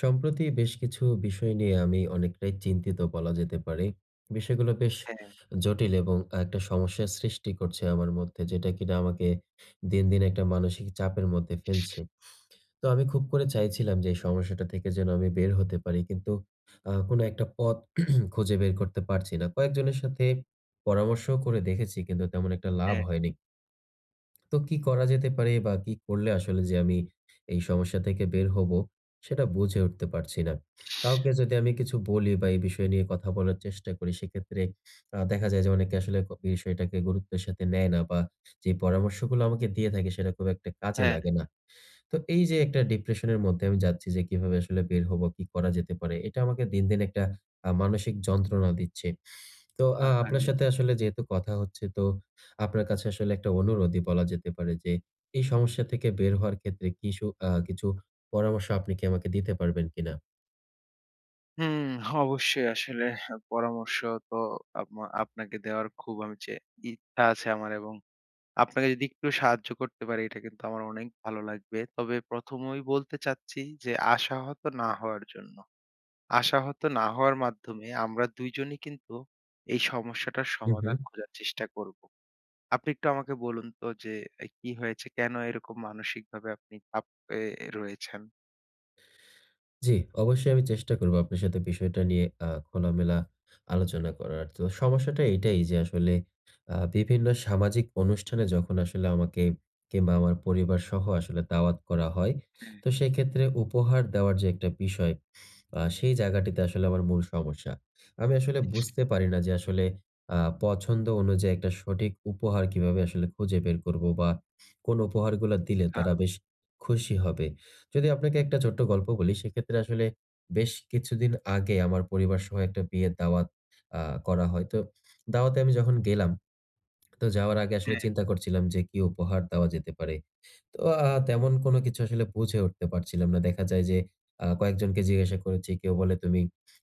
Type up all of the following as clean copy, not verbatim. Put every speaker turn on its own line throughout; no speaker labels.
সম্প্রতি বেশ কিছু বিষয় নিয়ে আমি অনেকটাই চিন্তিত বলা যেতে পারে। বিষয়গুলো বেশ
হ্যাঁ,
জটিল এবং একটা সমস্যার সৃষ্টি করছে আমার মধ্যে, যেটা কিনা আমাকে দিন, দিন একটা মানসিক চাপের মধ্যে ফেলছে। তো আমি খুব করে চাইছিলাম যে এই সমস্যাটা থেকে যেন আমি বের হতে পারি। কিন্তু কোনো একটা পথ খুঁজে বের করতে পারছি না। কয়েকজনের সাথে পরামর্শও করে দেখেছি, কিন্তু তেমন একটা লাভ
হ্যাঁ,
হয়নি। তো কি করা যেতে পারে বা কি করলে আসলে যে আমি এই সমস্যা থেকে বের হব, সেটা বুঝে উঠতে পারছি না। কাউকে যদি আমি কিছু বলি বা এই বিষয় নিয়ে কথা বলার চেষ্টা করি, সেক্ষেত্রে দেখা যায় যে অনেকে আসলে বিষয়টাকে গুরুত্বের সাথে নেয় না, বা যে পরামর্শগুলো আমাকে দিয়ে থাকে সেটা খুব একটা কাজে
হ্যাঁ।
লাগে না। তো এই যে একটা ডিপ্রেশনের মধ্যে আমি যাচ্ছি, যে কিভাবে আসলে বের হবো, কি করা যেতে পারে? এটা আমাকে দিন, দিন একটা মানসিক যন্ত্রণা দিচ্ছে। তো আপনার
আহারে।
সাথে আসলে যেহেতু কথা হচ্ছে, তো আপনার কাছে আসলে একটা অনুরোধই বলা যেতে পারে যে, এই সমস্যা থেকে বের হওয়ার ক্ষেত্রে কিছু কিছু পরামর্শ আপনি কি আমাকে দিতে পারবেন কিনা?
হুম, অবশ্যই আসলে পরামর্শ তো আপনাকে দেওয়ার খুব আমি ইচ্ছা আছে আমার এবং আপনাকে যদি একটু সাহায্য করতে পারি এটা কিন্তু আমার অনেক ভালো লাগবে। তবে ১ম এই বলতে চাচ্ছি যে আশাহত না হওয়ার জন্য। আশাহত না হওয়ার মাধ্যমে আমরা ২ জনই কিন্তু এই সমস্যাটার
হুম,
সমাধান
হুম।
খোঁজার চেষ্টা করব। আপনি একটু আমাকে বলুন তো যে কি হয়েছে? কেন এরকম মানসিকভাবে আপনি চাপে রয়েছেন?
জি, অবশ্যই আমি চেষ্টা করবো আপনার সাথে বিষয়টা নিয়ে খোলামেলা আলোচনা করার। তো সমস্যাটা এটাই যে আসলে বিভিন্ন সামাজিক অনুষ্ঠানে যখন আসলে আমাকে কিংবা আমার পরিবারসহ আসলে দাওয়াত করা হয়, তো সেক্ষেত্রে উপহার দেওয়ার যে একটা বিষয়, সেই জায়গাটিতে আসলে আমার মূল সমস্যা। আমি আসলে বুঝতে পারি না যে আসলে আ পছন্দ অনুযায়ী একটা সঠিক উপহার কিভাবে আসলে খুঁজে বের করব বা কোন উপহারগুলা দিলে
হ্যাঁ,
তারা বেশ খুশি হবে। যদি আপনাকে একটা ছোট্ট গল্প বলি, সেক্ষেত্রে আসলে বেশ কিছুদিন আগে আমার পরিবারসহ একটা বিয়ের দাওয়াত আ করা হয়। তো দাওয়াতে আমি যখন গেলাম, তো যাওয়ার আগে আসলে
হ্যাঁ।
চিন্তা করছিলাম যে কি উপহার দেওয়া যেতে পারে। তো তেমন কোনো কিছু আসলে বুঝে উঠতে পারছিলাম না। দেখা যায় যে কয়েকজনকে জিজ্ঞাসা করেছি। কেউ বলে তুমি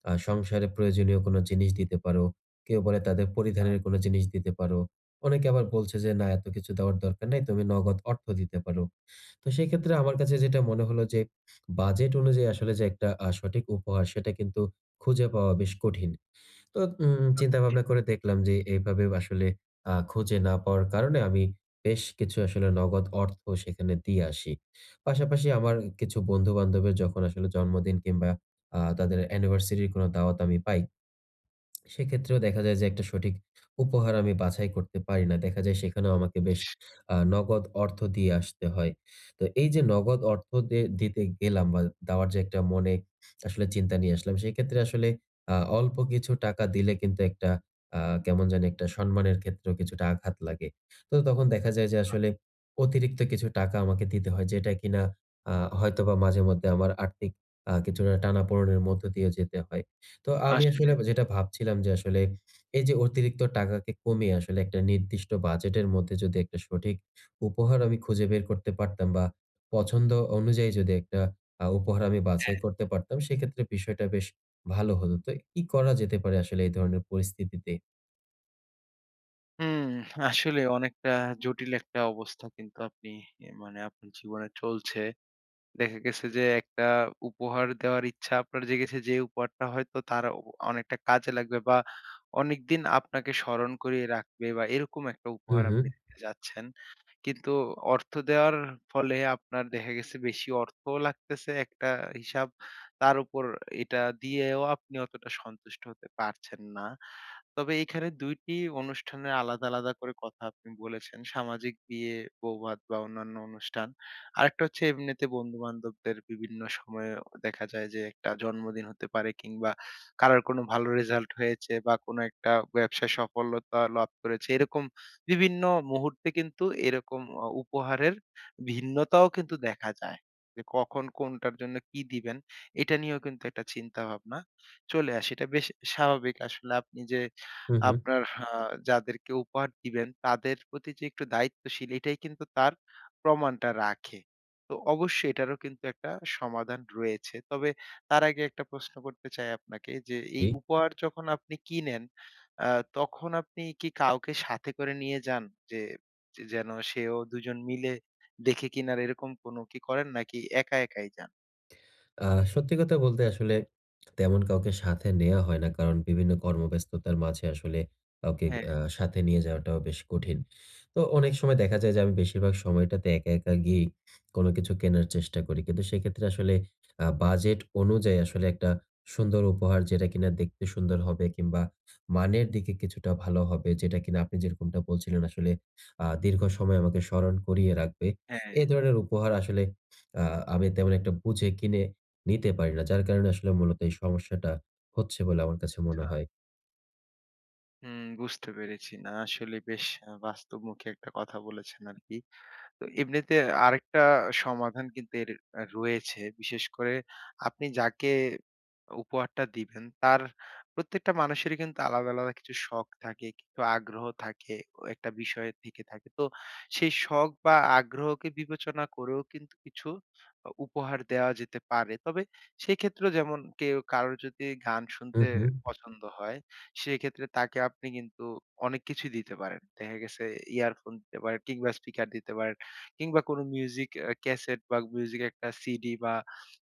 সংসারে প্রয়োজনীয় কোনো জিনিস দিতে পারো। কেউ বলে তাদের পরিধানের কোনো জিনিস দিতে পারো। অনেকে আবার বলছে যে না, এত কিছু দেওয়ার দরকার নাই। তুমি নগদ অর্থ দিতে পারো। তো সেক্ষেত্রে আমার কাছে যেটা মনে হলো যে বাজেট অনুযায়ী আসলে যে একটা সঠিক উপহার সেটা কিন্তু খুঁজে পাওয়া বেশ কঠিন। তো
সত্যি,
চিন্তা-ভাবনা করে দেখলাম যে এভাবে আসলে খুঁজে না পাওয়ার কারণে আমি বেশ কিছু আসলে নগদ অর্থ সেখানে দিয়ে আসি। পাশাপাশি আমার কিছু বন্ধু-বান্ধবের যখন আসলে জন্মদিন কিংবা তাদের অ্যানিভার্সারি এর কোনো দাওয়াত আমি পাই, সেক্ষেত্রেও দেখা যায় যে একটা সঠিক উপহার আমি বাছাই করতে পারি না। দেখা যায় সেখানেও আমাকে বেশ নগদ অর্থ দিয়ে আসতে হয়। তো এই যে নগদ অর্থ দিতে গেলাম বা দেওয়ার যে একটা মনে আসলে চিন্তা নিয়ে আসলাম, সেক্ষেত্রে আসলে অল্প কিছু টাকা দিলে কিন্তু একটা আ কেমন জানি একটা সম্মানের ক্ষেত্রেও কিছুটা আঘাত লাগে। তো তখন দেখা যায় যে আসলে অতিরিক্ত কিছু টাকা আমাকে দিতে হয়, যেটা কিনা আ হয়তোবা মাঝে মধ্যে আমার আর্থিক কিছুটা টানাপোড়েনের মধ্য দিয়ে যেতে হয়। তো আমি
আসলে
আসলে যেটা ভাবছিলাম যে আসলে এই যে অতিরিক্ত টাকাকে কমিয়ে আসলে একটা নির্দিষ্ট বাজেটের মধ্যে যদি একটা সঠিক উপহার আমি খুঁজে বের করতে পারতাম বা পছন্দ অনুযায়ী যদি একটা উপহার আমি
হ্যাঁ।
বাছাই করতে পারতাম, সেক্ষেত্রে বিষয়টা বেশ ভালো হতো। তো কি করা যেতে পারে আসলে এই ধরনের পরিস্থিতিতে?
হুম, আসলে অনেকটা জটিল একটা অবস্থা কিন্তু আপনি মানে আপনার জীবনে চলছে। দেখা গেছে যে একটা উপহার দেওয়ার ইচ্ছা আপনার জেগেছে যে উপহারটা হয়তো তার অনেকটা কাজে লাগবে বা অনেকদিন আপনাকে স্মরণ করিয়ে রাখবে বা এরকম একটা
হু,
উপহার
হু,
আপনি দিতে যাচ্ছেন। কিন্তু অর্থ দেওয়ার ফলে আপনার দেখা গেছে বেশি অর্থও লাগতেছে একটা হিসাব। তার উপর এটা দিয়েও আপনি অতটা সন্তুষ্ট হতে পারছেন না। তবে এইখানে ২ টি অনুষ্ঠানের আলাদা, আলাদা করে কথা আপনি বলেছেন। সামাজিক বিয়ে, বৌভাত বা অন্যান্য অনুষ্ঠান। আরেকটা হচ্ছে এমনিতে বন্ধু-বান্ধবদের বিভিন্ন সময়ে দেখা যায় যে একটা জন্মদিন হতে পারে কিংবা কারোর কোনো ভালো রেজাল্ট হয়েছে বা কোনো একটা ব্যবসায় সফলতা লাভ করেছে। এরকম বিভিন্ন মুহূর্তে কিন্তু এরকম উপহারের ভিন্নতাও কিন্তু দেখা যায়। যে কখন কোনটার জন্য কি দিবেন, এটা নিয়েও কিন্তু একটা চিন্তাভাবনা চলে আসে। এটা বেশ স্বাভাবিক আসলে আপনি যে
হু, হু।
আপনার যাদেরকে উপহার দিবেন তাদের প্রতি যে একটু দায়িত্বশীল এটাই কিন্তু তার প্রমাণটা রাখে। তো অবশ্যই এটারও কিন্তু একটা সমাধান রয়েছে। তবে তার আগে একটা প্রশ্ন করতে চাই আপনাকে যে এই
জি।
উপহার যখন আপনি কিনেন আ তখন আপনি কি কাউকে সাথে করে নিয়ে যান? যে যে যেন সেও ২ জন মিলে দেখে কিনার এরকম কোনো কি করেন নাকি একা একাই যান?
আ সত্যি কথা বলতে আসলে তেমন কাউকে সাথে নেয়া হয় না। কারণ বিভিন্ন কর্মব্যস্ততার মাঝে আসলে কাউকে
হ্যাঁ,
সাথে নিয়ে যাওয়াটাও বেশ কঠিন। তো অনেক সময় দেখা যায় যে আমি বেশিরভাগ সময়টাতে একা, একা গিয়েই কোনো কিছু কেনার চেষ্টা করি। কিন্তু সেক্ষেত্রে আসলে বাজেট অনুযায়ী আসলে একটা সুন্দর উপহার, যেটা কিনা দেখতে সুন্দর হবে কিংবা মানের দিকে কিছুটা ভালো হবে, যেটা কিনা আপনি যেরকমটা বলছিলেন, আসলে দীর্ঘ সময় আমাকে স্মরণ করিয়ে রাখবে।
হ্যাঁ।
এ ধরনের উপহার আসলে আ আমি তেমন একটা বুঝে কিনে নিতে পারি না। যার কারণে আসলে মূলত এই সমস্যাটা হচ্ছে বলে আমার কাছে
আচ্ছা।
মনে হয়।
হুম, বুঝতে পেরেছি। না আসলে বেশ বাস্তবমুখী একটা কথা বলেছেন আরকি। তো এমনিতে আরেকটা সমাধান কিন্তু এর রয়েছে। বিশেষ করে আপনি যাকে উপহারটা দিবেন তার প্রত্যেকটা মানুষেরই কিন্তু আলাদা, আলাদা কিছু শখ থাকে, কিছু আগ্রহ থাকে, ও একটা বিষয় থেকে থাকে। তো সেই শখ বা আগ্রহকে বিবেচনা করেও কিন্তু কিছু উপহার দেওয়া যেতে পারে। তবে সেক্ষেত্রেও যেমন কেউ কারোর যদি গান
হু,
শুনতে
হু।
পছন্দ হয় সেক্ষেত্রে তাকে আপনি কিন্তু অনেক কিছুই দিতে পারেন। দেখা গেছে ইয়ারফোন দিতে পারেন কিংবা স্পিকার দিতে পারেন কিংবা কোনো মিউজিক ক্যাসেট বা মিউজিক একটা সিডি বা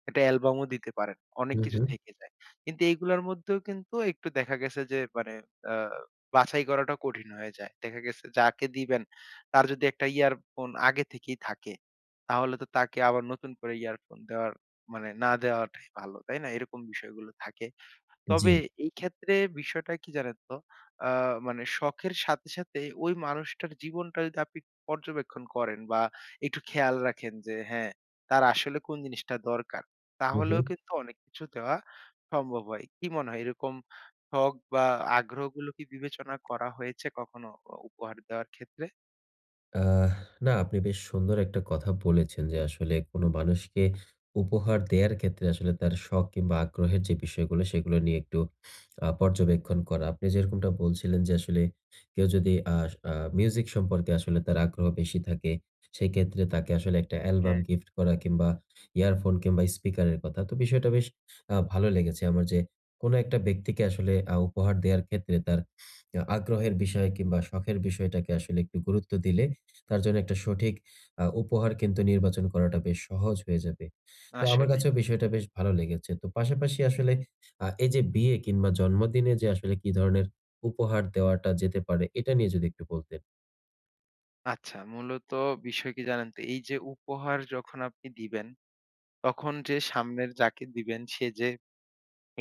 একটা অ্যালবামও দিতে পারেন। অনেক
হু,
কিছু
হু।
থেকে যায়। কিন্তু এইগুলার মধ্যেও কিন্তু একটু দেখা গেছে যে মানে আ বাছাই করাটা কঠিন হয়ে যায়। দেখা গেছে যাকে দিবেন তার যদি একটা ইয়ারফোন আগে থেকেই থাকে, তাহলে তো তাকে আবার নতুন করে ইয়ারফোন দেওয়ার মানে না দেওয়াটাই ভালো। তাই না? এরকম বিষয়গুলো থাকে।
জি।
তবে এই ক্ষেত্রে বিষয়টা কি জানেন তো? আ মানে শখের সাথে, সাথে ওই মানুষটার জীবনটা যদি আপনি পর্যবেক্ষণ করেন বা একটু খেয়াল রাখেন যে হ্যাঁ, তার আসলে কোন জিনিসটা দরকার।
হু, হু।
তাহলেও কিন্তু অনেক কিছু দেওয়া সম্ভব হয়। কি মনে হয় এরকম শখ বা আগ্রহগুলো কি বিবেচনা করা হয়েছে কখনো উপহার দেওয়ার ক্ষেত্রে?
আহ না, আপনি বেশ সুন্দর একটা কথা বলেছেন যে আসলে কোনো মানুষকে উপহার দেয়ার ক্ষেত্রে আসলে তার শখ কিংবা আগ্রহের যে বিষয়গুলো সেগুলো নিয়ে একটু পর্যবেক্ষণ করা। আপনি যেরকমটা বলছিলেন যে আসলে কেউ যদি আহ আহ, মিউজিক সম্পর্কে আসলে তার আগ্রহ বেশি থাকে, সেই ক্ষেত্রে তাকে আসলে একটা অ্যালবাম
হ্যাঁ।
গিফট করা, কিংবা ইয়ারফোন কিংবা স্পিকারের কথা। তো বিষয়টা বেশ ভালো লেগেছে আমার যে কোনো একটা ব্যক্তিকে আসলে উপহার দেওয়ার ক্ষেত্রে তার আগ্রহের বিষয় কিংবা শখের বিষয়টাকে আসলে একটু গুরুত্ব দিলে তার জন্য একটা সঠিক উপহার কিন্তু নির্বাচন করাটা বেশ সহজ হয়ে যাবে। তো আমার
আসলেই।
কাছেও বিষয়টা বেশ ভালো লেগেছে। তো পাশাপাশি আসলে এই যে বিয়ে কিংবা জন্মদিনে যে আসলে কি ধরনের উপহার দেওয়াটা যেতে পারে, এটা নিয়ে যদি একটু বলতেন।
আচ্ছা মূলত বিষয় কি জানেন তো? এই যে উপহার যখন আপনি দিবেন, তখন যে সামনের যাকে দিবেন সে যে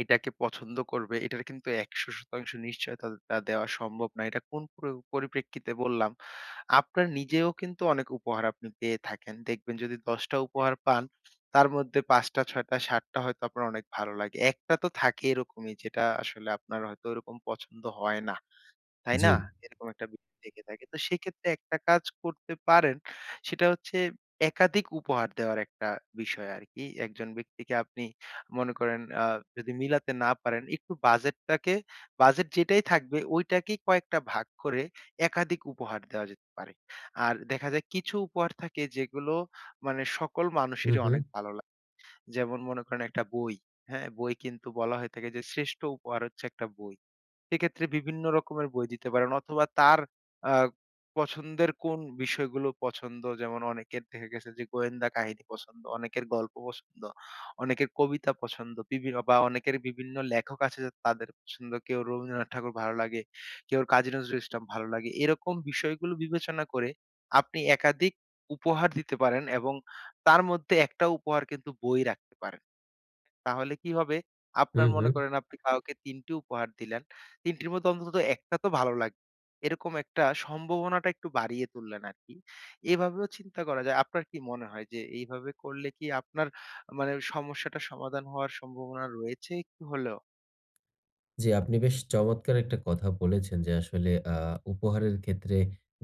এটাকে পছন্দ করবে এটার কিন্তু ১০০% নিশ্চয়তা তা দেওয়া সম্ভব না। এটা কোন পরিপ্রেক্ষিতে বললাম? আপনার নিজেও কিন্তু অনেক উপহার আপনি পেয়ে থাকেন। দেখবেন যদি ১০ টা উপহার পান, তার মধ্যে ৫ টা, ৬ টা, ৭ টা হয়তো আপনার অনেক ভালো লাগে। ১ টা তো থাকে এরকমই যেটা আসলে আপনার হয়তো ওরকম পছন্দ হয় না। তাই
জি।
না? এরকম একটা বিষয় থেকে থাকে। তো সেক্ষেত্রে একটা কাজ করতে পারেন। সেটা হচ্ছে একাধিক উপহার দেওয়ার একটা বিষয় আরকি। একজন ব্যক্তিকে আপনি মনে করেন যদি মিলাতে না পারেন একটু বাজেটটাকে বাজেট যেটাই থাকবে ওইটাকেই কয়েকটা ভাগ করে একাধিক উপহার দেওয়া যেতে পারে। আর দেখা যায় কিছু উপহার থাকে যেগুলো মানে সকল
হু,
মানুষেরই
হু।
অনেক ভালো লাগে। যেমন মনে করেন একটা বই, হ্যাঁ? বই কিন্তু বলা হয়ে থাকে যে শ্রেষ্ঠ উপহার হচ্ছে একটা বই। সেক্ষেত্রে বিভিন্ন রকমের বই দিতে পারেন অথবা তার আ পছন্দের কোন বিষয়গুলো পছন্দ যেমন অনেকের দেখা গেছে যে গোয়েন্দা কাহিনী পছন্দ, অনেকের গল্প পছন্দ, অনেকের কবিতা পছন্দ, বা অনেকের বিভিন্ন লেখক আছে যে তাদের পছন্দ। কেউ রবীন্দ্রনাথ ঠাকুর ভালো লাগে, কেউ কাজী নজরুল ইসলাম ভালো লাগে। এরকম বিষয়গুলো বিবেচনা করে আপনি একাধিক উপহার দিতে পারেন এবং তার মধ্যে একটা উপহার কিন্তু বই রাখতে পারেন। তাহলে কি হবে?
হু,
আপনার
হু।
মনে করেন আপনি কাউকে ৩ টি উপহার দিলেন। ৩ টির মধ্যে অন্তত ১ টা তো ভালো লাগবে। এরকম একটা সম্ভাবনাটা একটু বাড়িয়ে তুললেন আরকি। এভাবেও চিন্তা করা যায়। আপনার কি মনে হয় যে এইভাবে করলে কি আপনার মানে সমস্যাটা সমাধান হওয়ার সম্ভাবনা রয়েছে একটু হলেও?
জি, আপনি বেশ চমৎকার একটা কথা বলেছেন যে আসলে উপহারের ক্ষেত্রে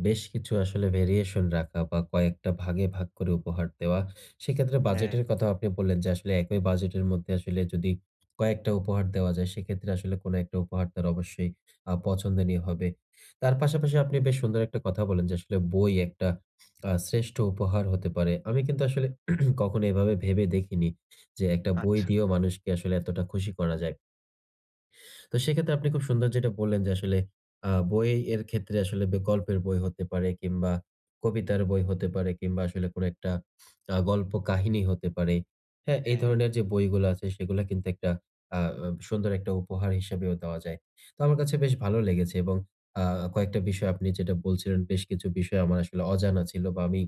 বেশ কিছু আসলে ভেরিয়েশন রাখা বা কয়েকটা ভাগে ভাগ করে উপহার দেওয়া। সেক্ষেত্রে
হ্যাঁ,
বাজেটের কথাও আপনি বললেন যে আসলে একই বাজেটের মধ্যে আসলে যদি কয়েকটা উপহার দেওয়া যায়, সেক্ষেত্রে আসলে কোনো একটা উপহার তার অবশ্যই পছন্দনীয় হবে। তার পাশাপাশি আপনি বেশ সুন্দর একটা কথা বলেন যে আসলে বই একটা শ্রেষ্ঠ উপহার হতে পারে। আমি কিন্তু আসলে কখনো এভাবে ভেবে দেখিনি যে একটা বই
আচ্ছা,
দিয়েও মানুষকে আসলে এতটা খুশি করা যায়। তো সেক্ষেত্রে আপনি খুব সুন্দর যেটা বললেন যে আসলে বই এর ক্ষেত্রে আসলে গল্পের বই হতে পারে, কিংবা কবিতার বই হতে পারে, কিংবা আসলে কোনো একটা গল্প কাহিনী হতে পারে। হ্যাঁ? এই
হ্যাঁ।
ধরনের যে বইগুলো আছে সেগুলা কিন্তু একটা আ সুন্দর একটা উপহার হিসেবেও দেওয়া যায়। তো আমার কাছে বেশ ভালো লেগেছে এবং আ কয়েকটা বিষয় আপনি যেটা বলছিলেন, বেশ কিছু বিষয় আমার আসলে অজানা ছিল, বা আমি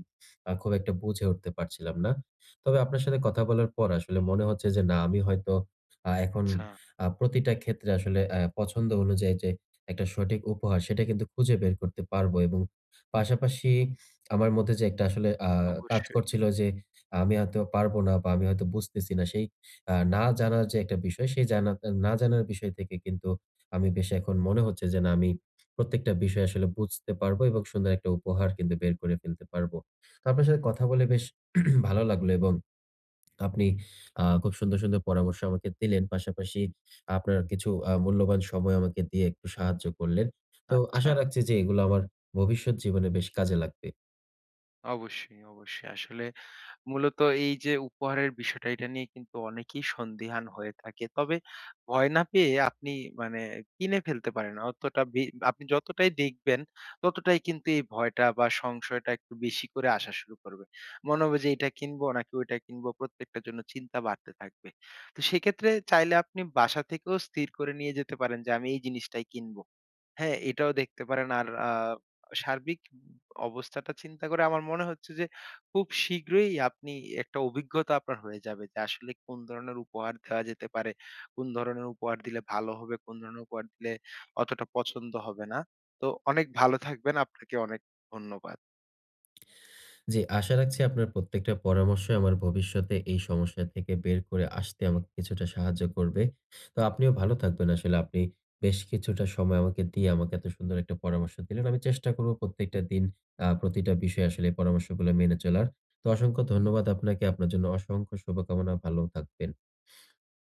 খুব একটা বুঝে উঠতে পারছিলাম না। তবে আপনার সাথে কথা বলার পর আসলে মনে হচ্ছে যে না, আমি হয়তো এখন
আচ্ছা।
প্রতিটা ক্ষেত্রে আসলে পছন্দ অনুযায়ী যে একটা সঠিক উপহার সেটা কিন্তু খুঁজে বের করতে পারবো, এবং পাশাপাশি আমার মধ্যে যে একটা আসলে কাজ
অবশ্যই।
করছিল যে আমি হয়তো পারবো না বা আমি হয়তো বুঝতেছি না, সেই না জানার যে একটা বিষয়, সেই জানা না জানার বিষয় থেকে কিন্তু আমি বেশ এখন মনে হচ্ছে যে না, আমি প্রত্যেকটা বিষয় আসলে বুঝতে পারবো এবং সুন্দর একটা
হ্যাঁ।
উপহার কিন্তু বের করে ফেলতে পারবো। তো আপনার সাথে কথা বলে বেশ ভালো লাগলো, এবং আপনি খুব সুন্দর, সুন্দর পরামর্শ আমাকে দিলেন। পাশাপাশি আপনার কিছু মূল্যবান সময় আমাকে দিয়ে একটু সাহায্য করলেন। তো
আচ্ছা,
আশা রাখছি যে এগুলো আমার ভবিষ্যৎ জীবনে বেশ কাজে লাগবে।
অবশ্যই, অবশ্যই। আসলে মূলত এই যে উপহারের বিষয়টা এটা নিয়ে কিন্তু অনেকেই সন্দিহান হয়ে থাকে। তবে ভয় না পেয়ে আপনি মানে কিনে ফেলতে পারেন। অতটা আপনি যতটাই দেখবেন ততটাই কিন্তু এই ভয়টা বা সংশয়টা একটু বেশি করে আসা শুরু করবে। মনে হবে যে এটা কিনবো নাকি ওইটা কিনবো প্রত্যেকটার জন্য চিন্তা বাড়তে থাকবে। তো সেক্ষেত্রে চাইলে আপনি বাসা থেকেও স্থির করে নিয়ে যেতে পারেন যে আমি এই জিনিসটাই কিনব। হ্যাঁ, এটাও দেখতে পারেন। আর সার্বিক অবস্থাটা চিন্তা করে আমার মনে হচ্ছে যে, খুব শীঘ্রই আপনি একটা অভিজ্ঞতা আপনার হয়ে যাবে যে, আসলে কোন ধরনের উপহার দেওয়া যেতে পারে, কোন ধরনের উপহার দিলে ভালো হবে, কোন ধরনের উপহার দিলে অতটা পছন্দ হবে না। তো অনেক ভালো থাকবেন। আপনাকে অনেক ধন্যবাদ।
জি, আশা রাখছি আপনার প্রত্যেকটা পরামর্শই আমার ভবিষ্যতে এই সমস্যা থেকে বের করে আসতে আমাকে কিছুটা সাহায্য করবে। তো আপনিও ভালো থাকবেন। আসলে আপনি বেশ কিছুটা সময় আমাকে দিয়ে আমাকে এত সুন্দর একটা পরামর্শ দিলেন। আমি চেষ্টা করব প্রত্যেকটা দিন প্রতিটা বিষয়ে আসলে এই পরামর্শগুলো মেনে চলার। তো অসংখ্য ধন্যবাদ আপনাকে। আপনার জন্য অসংখ্য শুভকামনা। ভালো থাকবেন।